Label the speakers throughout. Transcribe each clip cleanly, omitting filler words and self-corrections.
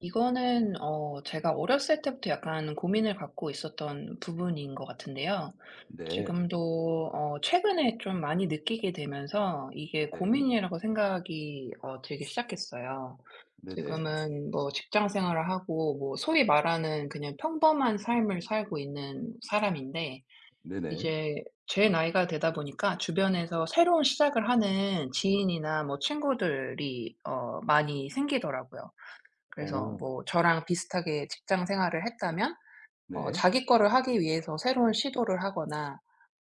Speaker 1: 이거는 제가 어렸을 때부터 약간 고민을 갖고 있었던 부분인 것 같은데요.
Speaker 2: 네.
Speaker 1: 지금도 최근에 좀 많이 느끼게 되면서 이게
Speaker 2: 네.
Speaker 1: 고민이라고 생각이 들기 시작했어요.
Speaker 2: 네네.
Speaker 1: 지금은 뭐 직장 생활을 하고 뭐 소위 말하는 그냥 평범한 삶을 살고 있는 사람인데,
Speaker 2: 네네.
Speaker 1: 이제 제 나이가 되다 보니까 주변에서 새로운 시작을 하는 지인이나 뭐 친구들이 많이 생기더라고요. 그래서
Speaker 2: 어.
Speaker 1: 뭐 저랑 비슷하게 직장 생활을 했다면
Speaker 2: 네.
Speaker 1: 자기 거를 하기 위해서 새로운 시도를 하거나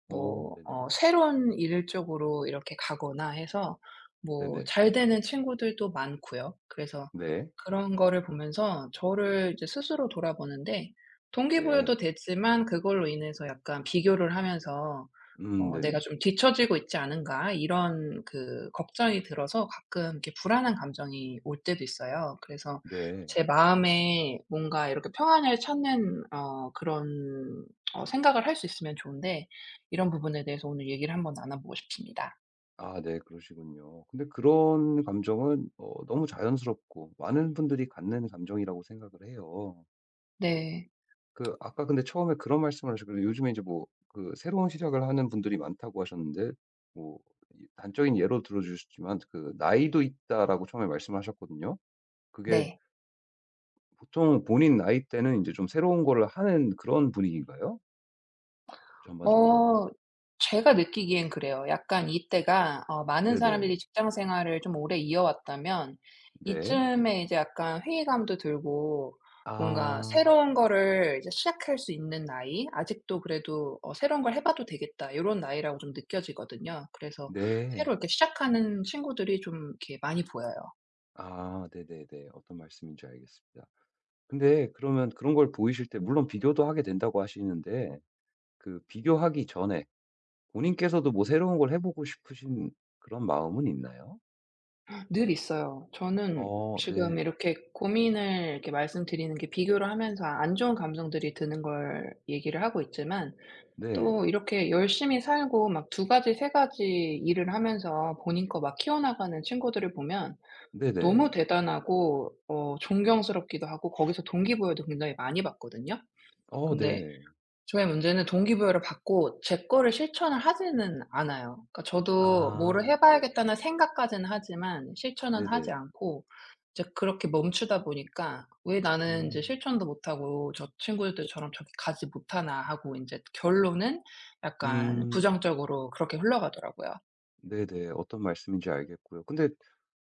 Speaker 2: 어
Speaker 1: 뭐
Speaker 2: 네네.
Speaker 1: 새로운 일 쪽으로 이렇게 가거나 해서 뭐
Speaker 2: 네네.
Speaker 1: 잘 되는 친구들도 많고요. 그래서
Speaker 2: 네.
Speaker 1: 그런 거를 보면서 저를 이제 스스로 돌아보는데,
Speaker 2: 네.
Speaker 1: 동기부여도 됐지만 그걸로 인해서 약간 비교를 하면서
Speaker 2: 네네.
Speaker 1: '내가 좀 뒤처지고 있지 않은가.' 이런 그 걱정이 들어서 가끔 이렇게 불안한 감정이 올 때도 있어요. 그래서
Speaker 2: 네.
Speaker 1: 제 마음에 뭔가 이렇게 평안을 찾는 그런 생각을 할 수 있으면 좋은데, 이런 부분에 대해서 오늘 얘기를 한번 나눠보고 싶습니다.
Speaker 2: 아 네. 그러시군요. 근데 그런 감정은 너무 자연스럽고 많은 분들이 갖는 감정이라고 생각을 해요.
Speaker 1: 네.
Speaker 2: 그 아까 근데 처음에 그런 말씀을 하셨거든요. 요즘에 이제 뭐 그 새로운 시작을 하는 분들이 많다고 하셨는데 뭐 이 단적인 예로 들어 주셨지만 그 "나이도 있다."라고 처음에 말씀하셨거든요. 그게
Speaker 1: 네.
Speaker 2: 보통 본인 나이 때는 이제 좀 새로운 거를 하는 그런 분위기인가요? 전반적으로?
Speaker 1: 어 제가 느끼기엔 그래요. 약간 이때가 많은 사람들이
Speaker 2: 네네.
Speaker 1: 직장 생활을 좀 오래 이어왔다면,
Speaker 2: 네.
Speaker 1: 이쯤에 이제 약간 회의감도 들고, 뭔가
Speaker 2: 아.
Speaker 1: 새로운 거를 이제 시작할 수 있는 나이, 아직도 그래도 '새로운 걸 해 봐도 되겠다.' 요런 나이라고 좀 느껴지거든요. 그래서 새로
Speaker 2: 네.
Speaker 1: 이렇게 시작하는 친구들이 좀 이렇게 많이 보여요.
Speaker 2: 아 네네네. 어떤 말씀인지 알겠습니다. 근데 그러면 그런 걸 보이실 때 물론 비교도 하게 된다고 하시는데 그 비교하기 전에 본인께서도 뭐 새로운 걸 해 보고 싶으신 그런 마음은 있나요?
Speaker 1: 늘 있어요. 저는
Speaker 2: 어
Speaker 1: 지금
Speaker 2: 네.
Speaker 1: 이렇게 고민을 이렇게 말씀드리는 게 비교를 하면서 아, 안 좋은 감정들이 드는 걸 얘기를 하고 있지만,
Speaker 2: 네.
Speaker 1: 또 이렇게 열심히 살고 막 두 가지 세 가지 일을 하면서 본인 거 막 키워나가는 친구들을 보면 너무
Speaker 2: 네네.
Speaker 1: 대단하고 존경스럽기도 하고 거기서 동기부여도 굉장히 많이 받거든요.
Speaker 2: 어
Speaker 1: 근데
Speaker 2: 네.
Speaker 1: 저의 문제는 동기부여를 받고 제 거를 실천을 하지는 않아요. 그러니까 저도 '뭐를
Speaker 2: 아
Speaker 1: 해
Speaker 2: 네.
Speaker 1: 봐야겠다.'는 생각까지는 하지만 실천은 하지
Speaker 2: 네네.
Speaker 1: 않고, 이제 그렇게 멈추다 보니까 '왜 나는 이제
Speaker 2: 음.
Speaker 1: 실천도 못 하고 저 친구들처럼 저기 가지 못하나.' 하고, 이제 결론은 약간
Speaker 2: 음.
Speaker 1: 부정적으로 그렇게 흘러가더라고요.
Speaker 2: 네네. 어떤 말씀인지 알겠고요. 근데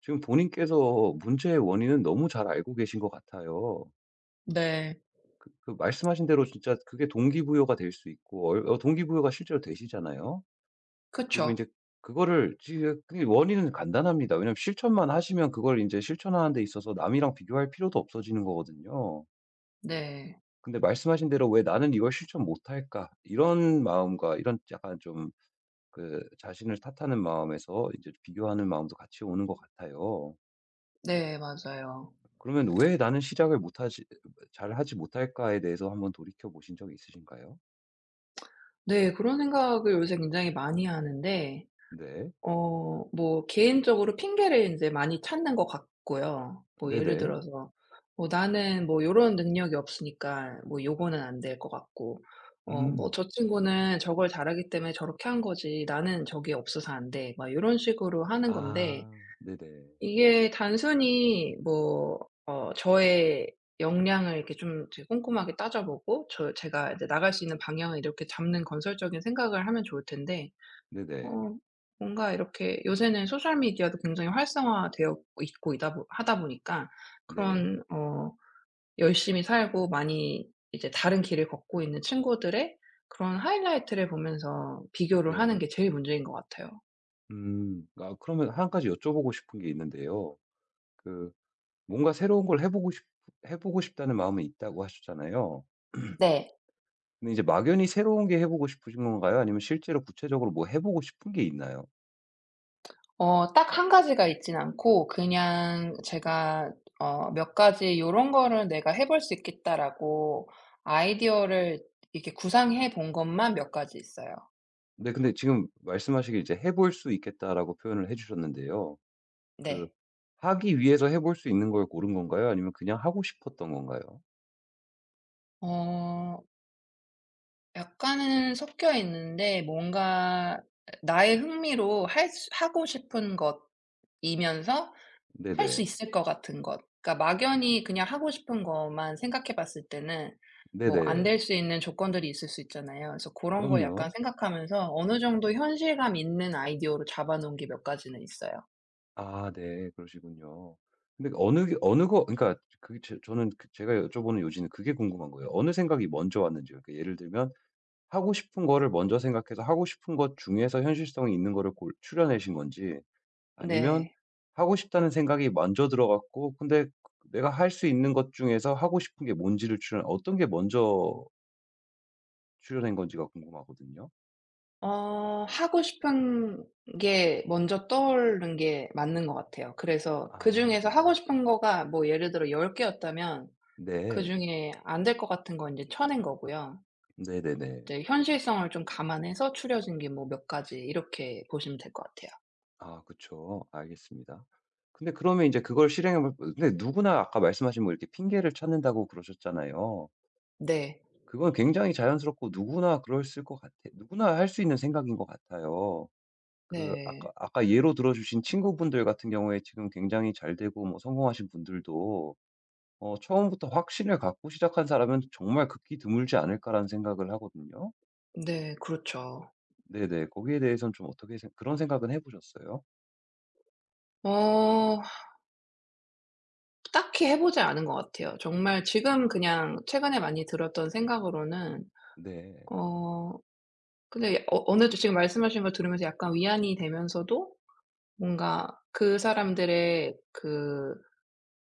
Speaker 2: 지금 본인께서 문제의 원인은 너무 잘 알고 계신 것 같아요.
Speaker 1: 네.
Speaker 2: 그 말씀하신 대로 진짜 그게 동기부여가 될 수 있고, 동기부여가 실제로 되시잖아요. 그리고
Speaker 1: 그쵸.
Speaker 2: 이제 그거를, 지금 그 원인은 간단합니다. 왜냐면 실천만 하시면 그걸 이제 실천하는 데 있어서 남이랑 비교할 필요도 없어지는 거거든요.
Speaker 1: 네.
Speaker 2: 근데 말씀하신 대로 왜 나는 이걸 실천 못할까? 이런 마음과 이런 약간 좀 그 자신을 탓하는 마음에서 이제 비교하는 마음도 같이 오는 것 같아요.
Speaker 1: 네, 맞아요.
Speaker 2: 그러면 '왜 나는 시작을 못하지 잘하지 못할까.'에 대해서 한번 돌이켜 보신 적이 있으신가요?
Speaker 1: 네, 그런 생각을 요새 굉장히 많이 하는데,
Speaker 2: 네.
Speaker 1: 뭐 개인적으로 핑계를 인제 많이 찾는 것 같고요. 뭐 예를
Speaker 2: 네네.
Speaker 1: 들어서 뭐 나는 뭐 요런 능력이 없으니까 뭐 요거는 안 될 것 같고, 뭐
Speaker 2: 음.
Speaker 1: "저 친구는 저걸 잘하기 때문에 저렇게 한 거지. 나는 저게 없어서 안 돼." 막 요런 식으로 하는 건데,
Speaker 2: 아. 네네.
Speaker 1: 이게 단순히 뭐 저의 역량을 이렇게 좀 이제 꼼꼼하게 따져 보고 저 제가 이제 나갈 수 있는 방향을 이렇게 잡는 건설적인 생각을 하면 좋을 텐데,
Speaker 2: 네네.
Speaker 1: 어 뭔가 이렇게 요새는 소셜 미디어도 굉장히 활성화되어 있고 이다 보 하다 보니까,
Speaker 2: 네.
Speaker 1: 그런 열심히 살고 많이 이제 다른 길을 걷고 있는 친구들의 그런 하이라이트를 보면서 비교를 하는
Speaker 2: 네.
Speaker 1: 게 제일 문제인 것 같아요.
Speaker 2: 음. 아 그러면 한 가지 여쭤보고 싶은 게 있는데요. 그 뭔가 새로운 걸 해 보고 싶 해 보고 싶다는 마음이 있다고 하셨잖아요.
Speaker 1: 네.
Speaker 2: 근데 이제 막연히 새로운 게 해 보고 싶으신 건가요? 아니면 실제로 구체적으로 뭐 해 보고 싶은 게 있나요?
Speaker 1: 딱 한 가지가 있진 않고 그냥 제가 몇 가지 '요런 거를 내가 해볼 수 있겠다.'라고 아이디어를 이렇게 구상해 본 것만 몇 가지 있어요.
Speaker 2: 네 근데 지금 말씀하시길 이제 "해 볼 수 있겠다."라고 표현을 해 주셨는데요. 그
Speaker 1: 네.
Speaker 2: 하기 위해서 해볼 수 있는 걸 고른 건가요? 아니면 그냥 하고 싶었던 건가요?
Speaker 1: 어. 약간은 섞여 있는데, 뭔가 나의 흥미로 할 수 하고 싶은 것이면서 할 수
Speaker 2: 네네.
Speaker 1: 있을 것 같은 것. 그러니까 막연히 그냥 하고 싶은 것만 생각해 봤을 때는 뭐 안
Speaker 2: 네네.
Speaker 1: 될 수 있는 조건들이 있을 수 있잖아요. 그래서 고런 거 약간
Speaker 2: 그럼요.
Speaker 1: 생각하면서 어느 정도 현실감 있는 아이디어로 잡아 놓은 게 몇 가지는 있어요.
Speaker 2: 아 네. 그러시군요. 근데 어느 게 어느 거 그러니까 그게 제 저는 그 제가 여쭤보는 요지는 그게 궁금한 거예요. 어느 생각이 먼저 왔는지요. 그러니까 예를 들면 하고 싶은 거를 먼저 생각해서 하고 싶은 것 중에서 현실성이 있는 거를 골 추려내신 건지 아니면
Speaker 1: 네.
Speaker 2: 하고 싶다는 생각이 먼저 들어 갔고 근데 내가 할 수 있는 것 중에서 하고 싶은 게 뭔지를 추려 어떤 게 먼저 출연한 건지가 궁금하거든요.
Speaker 1: 하고 싶은 게 먼저 떠오르는 게 맞는 것 같아요. 그래서
Speaker 2: 아
Speaker 1: 그중에서 하고
Speaker 2: 네.
Speaker 1: 싶은 거가 뭐 예를 들어 10 개였다면
Speaker 2: 네.
Speaker 1: 그중에 안 될 것 같은 건 이제 쳐낸 거고요.
Speaker 2: 네네네.
Speaker 1: 이제 현실성을 좀 감안해서 추려진 게 뭐 몇 가지 이렇게 보시면 될 것 같아요.
Speaker 2: 아 그쵸. 알겠습니다. 근데 그러면 이제 그걸 실행해 볼 어, 근데 누구나 아까 말씀하신 뭐 이렇게 핑계를 찾는다고 그러셨잖아요.
Speaker 1: 네.
Speaker 2: 그건 굉장히 자연스럽고 누구나 그럴을것 같아 누구나 할 수 있는 생각인 것 같아요. 그
Speaker 1: 네.
Speaker 2: 아까 아까 예로 들어주신 친구분들 같은 경우에 지금 굉장히 잘 되고 뭐 성공하신 분들도 어 처음부터 확신을 갖고 시작한 사람은 정말 극히 드물지 않을까라는 생각을 하거든요.
Speaker 1: 네, 그렇죠.
Speaker 2: 네네. 거기에 대해서는 좀 어떻게 생 그런 생각은 해 보셨어요?
Speaker 1: 어 딱히 해 보지 않은 것 같아요. 정말 지금 그냥 최근에 많이 들었던 생각으로는,
Speaker 2: 네.
Speaker 1: 어 근데 예, 어느 쪽 지금 말씀하신 걸 들으면서 약간 위안이 되면서도, 뭔가 그 사람들의 그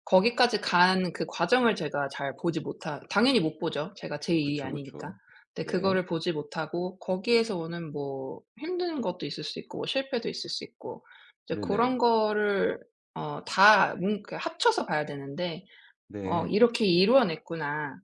Speaker 1: 거기까지 간 그 과정을 제가 잘 보지 못하 당연히 못 보죠. 제가 제 일이
Speaker 2: 그쵸,
Speaker 1: 아니니까.
Speaker 2: 그쵸.
Speaker 1: 근데
Speaker 2: 네.
Speaker 1: 그거를 보지 못하고 거기에서 오는 뭐 힘든 것도 있을 수 있고 뭐 실패도 있을 수 있고, 이제 런
Speaker 2: 네네.
Speaker 1: 거를 다 뭉 그 합쳐서 봐야 되는데 '어
Speaker 2: 네.
Speaker 1: 이렇게 이루어냈구나.'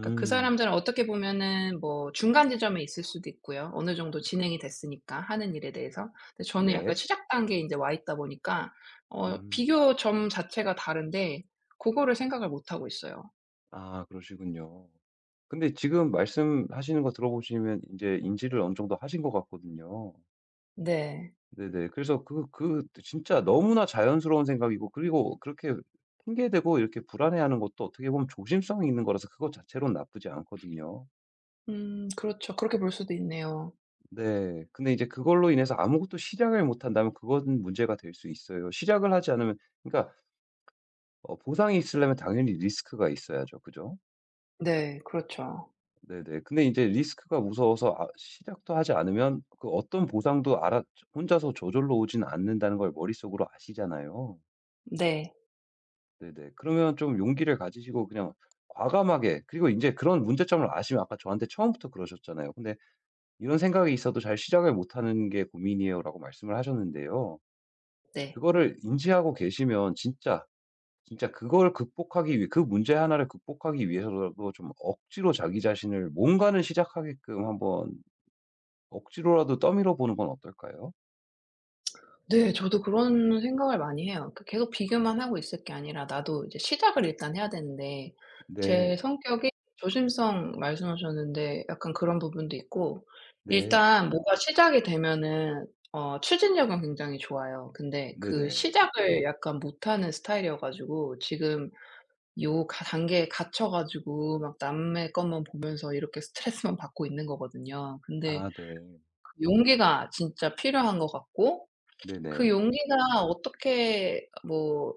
Speaker 1: 그러니까 그 사람들은 어떻게 보면은 뭐 중간 지점에 있을 수도 있고요. 어느 정도 진행이 됐으니까, 하는 일에 대해서. 근데 저는 약간
Speaker 2: 네.
Speaker 1: 시작 단계에 인제 와 있다 보니까
Speaker 2: 음.
Speaker 1: 비교점 자체가 다른데, 고거를 생각을 못 하고 있어요.
Speaker 2: 아 그러시군요. 근데 지금 말씀하시는 거 들어보시면 이제 인지를 어느 정도 하신 것 같거든요.
Speaker 1: 네.
Speaker 2: 네네. 그래서 진짜 너무나 자연스러운 생각이고 그리고 그렇게 핑계대고 이렇게 불안해하는 것도 어떻게 보면 조심성이 있는 거라서 그것 자체로는 나쁘지 않거든요.
Speaker 1: 음, 그렇죠. 그렇게 볼 수도 있네요.
Speaker 2: 네. 근데 이제 그걸로 인해서 아무것도 시작을 못 한다면 그건 문제가 될 수 있어요. 시작을 하지 않으면 그러니까 어 보상이 있으려면 당연히 리스크가 있어야죠. 그죠?
Speaker 1: 네. 그렇죠.
Speaker 2: 네네. 근데 이제 리스크가 무서워서 아 시작도 하지 않으면 그 어떤 보상도 알아 혼자서 저절로 오진 않는다는 걸 머릿속으로 아시잖아요.
Speaker 1: 네.
Speaker 2: 네네. 그러면 좀 용기를 가지시고 그냥 과감하게 그리고 이제 그런 문제점을 아시면 아까 저한테 처음부터 그러셨잖아요. 근데 "이런 생각이 있어도 잘 시작을 못 하는 게 고민이에요."라고 말씀을 하셨는데요.
Speaker 1: 네.
Speaker 2: 그거를 인지하고 계시면 진짜 그걸 극복하기 위해 그 문제 하나를 극복하기 위해서라도 좀 억지로 자기 자신을 뭔가는 시작하게끔 한번 억지로라도 떠밀어 보는 건 어떨까요?
Speaker 1: 네, 저도 그런 생각을 많이 해요. 그 계속 비교만 하고 있을 게 아니라 나도 이제 시작을 일단 해야 되는데,
Speaker 2: 네.
Speaker 1: 제 성격이 조심성 말씀하셨는데 약간 그런 부분도 있고,
Speaker 2: 네.
Speaker 1: 일단 뭐가 시작이 되면은 추진력은 굉장히 좋아요. 근데 그
Speaker 2: 네네.
Speaker 1: 시작을 약간 못하는 스타일이어 가지고 지금 요 가 단계에 갇혀 가지고 막 남의 것만 보면서 이렇게 스트레스만 받고 있는 거거든요. 근데
Speaker 2: 아 네.
Speaker 1: 그 용기가 진짜 필요한 것 같고, 그
Speaker 2: 네네.
Speaker 1: 용기가 어떻게 뭐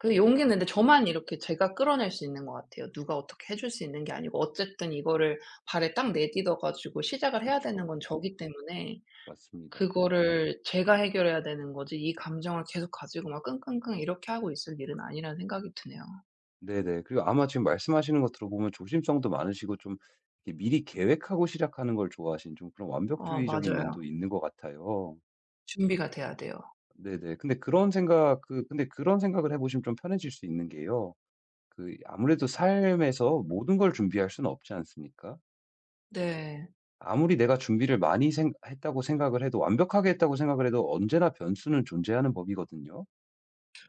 Speaker 1: 그 용기는 근데 저만 이렇게 제가 끌어낼 수 있는 것 같아요. 누가 어떻게 해줄 수 있는 게 아니고, 어쨌든 이거를 발에 딱 내딛어 가지고 시작을 해야 되는
Speaker 2: 그쵸.
Speaker 1: 건 저기 때문에,
Speaker 2: 맞습니다.
Speaker 1: 그거를 제가 해결해야 되는 거지 이 감정을 계속 가지고 막 끙끙끙 이렇게 하고 있을 일은 아니라는 생각이 드네요.
Speaker 2: 네네. 그리고 아마 지금 말씀하시는 것 들어보면 조심성도 많으시고 좀 이렇게 미리 계획하고 시작하는 걸 좋아하신 좀 그런 완벽주의적인 면도
Speaker 1: 맞아요.
Speaker 2: 있는 것 같아요.
Speaker 1: 준비가 돼야 돼요.
Speaker 2: 네네. 근데 그런 생각을 해 보시면 좀 편해질 수 있는 게요. 그 아무래도 삶에서 모든 걸 준비할 수는 없지 않습니까?
Speaker 1: 네.
Speaker 2: 아무리 내가 준비를 많이 생 했다고 생각을 해도 완벽하게 했다고 생각을 해도 언제나 변수는 존재하는 법이거든요.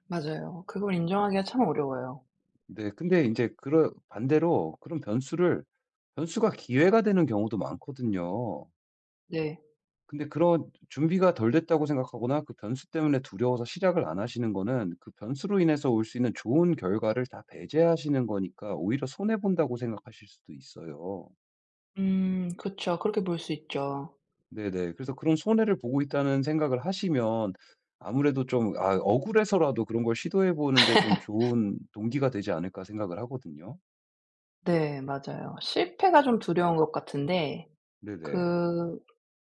Speaker 1: 맞아요. 그걸 인정하기가 참 어려워요.
Speaker 2: 네. 근데 이제 그런 반대로 그런 변수를 변수가 기회가 되는 경우도 많거든요.
Speaker 1: 네.
Speaker 2: 근데 그런 준비가 덜 됐다고 생각하거나 그 변수 때문에 두려워서 시작을 안 하시는 거는 그 변수로 인해서 올 수 있는 좋은 결과를 다 배제하시는 거니까 오히려 손해 본다고 생각하실 수도 있어요.
Speaker 1: 음, 그쵸. 그렇게 볼 수 있죠.
Speaker 2: 네네. 그래서 그런 손해를 보고 있다는 생각을 하시면 아무래도 좀 아 억울해서라도 그런 걸 시도해 보는데 좀 좋은 동기가 되지 않을까 생각을 하거든요.
Speaker 1: 네, 맞아요. 실패가 좀 두려운 것 같은데,
Speaker 2: 네네.
Speaker 1: 그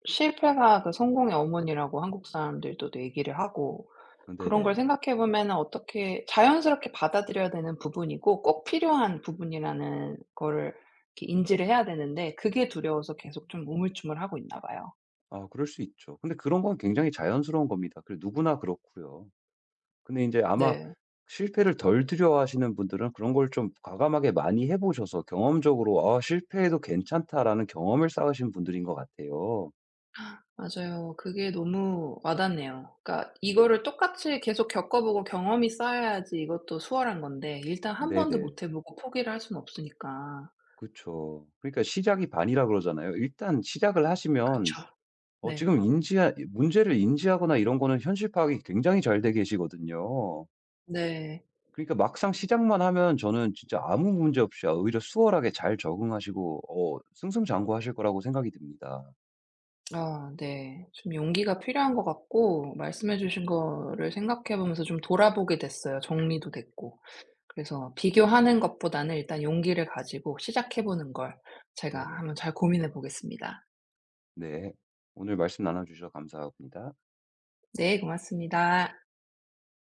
Speaker 1: 실패가 그 성공의 어머니라고 한국 사람들도 얘기를 하고,
Speaker 2: 아
Speaker 1: 그런 걸
Speaker 2: 네네.
Speaker 1: 생각해 보면은 어떻게 자연스럽게 받아들여야 되는 부분이고 꼭 필요한 부분이라는 거를 이렇게 인지를 해야 되는데, 그게 두려워서 계속 좀 우물쭈물하고 있나 봐요.
Speaker 2: 아 그럴 수 있죠. 근데 그런 건 굉장히 자연스러운 겁니다. 그 누구나 그렇고요. 근데 이제 아마
Speaker 1: 네.
Speaker 2: 실패를 덜 두려워하시는 분들은 그런 걸 좀 과감하게 많이 해 보셔서 경험적으로 '아 실패해도 괜찮다.'라는 경험을 쌓으신 분들인 것 같아요.
Speaker 1: 맞아요. 그게 너무 와닿네요. 그러니까 이거를 똑같이 계속 겪어보고 경험이 쌓여야지 이것도 수월한 건데, 일단 한 번도
Speaker 2: 네네.
Speaker 1: 못해 보고 포기를 할 수는 없으니까.
Speaker 2: 그쵸. 그러니까 "시작이 반이라." 그러잖아요. 일단 시작을
Speaker 1: 그
Speaker 2: 하시면
Speaker 1: 죠
Speaker 2: 어
Speaker 1: 네.
Speaker 2: 지금 인지 문제를 인지하거나 이런 거는 현실 파악이 굉장히 잘 돼 계시거든요.
Speaker 1: 네.
Speaker 2: 그러니까 막상 시작만 하면 저는 진짜 아무 문제 없이 아 오히려 수월하게 잘 적응하시고 어 승승장구하실 거라고 생각이 듭니다.
Speaker 1: 아, 네. 좀 용기가 필요한 것 같고, 말씀해 주신 거를 생각해 보면서 좀 돌아보게 됐어요, 정리도 됐고. 그래서 비교하는 것보다는 일단 용기를 가지고 시작해 보는 걸 제가
Speaker 2: 네네.
Speaker 1: 한번 잘 고민해 보겠습니다.
Speaker 2: 네. 오늘 말씀 나눠주셔서 감사합니다.
Speaker 1: 네, 고맙습니다.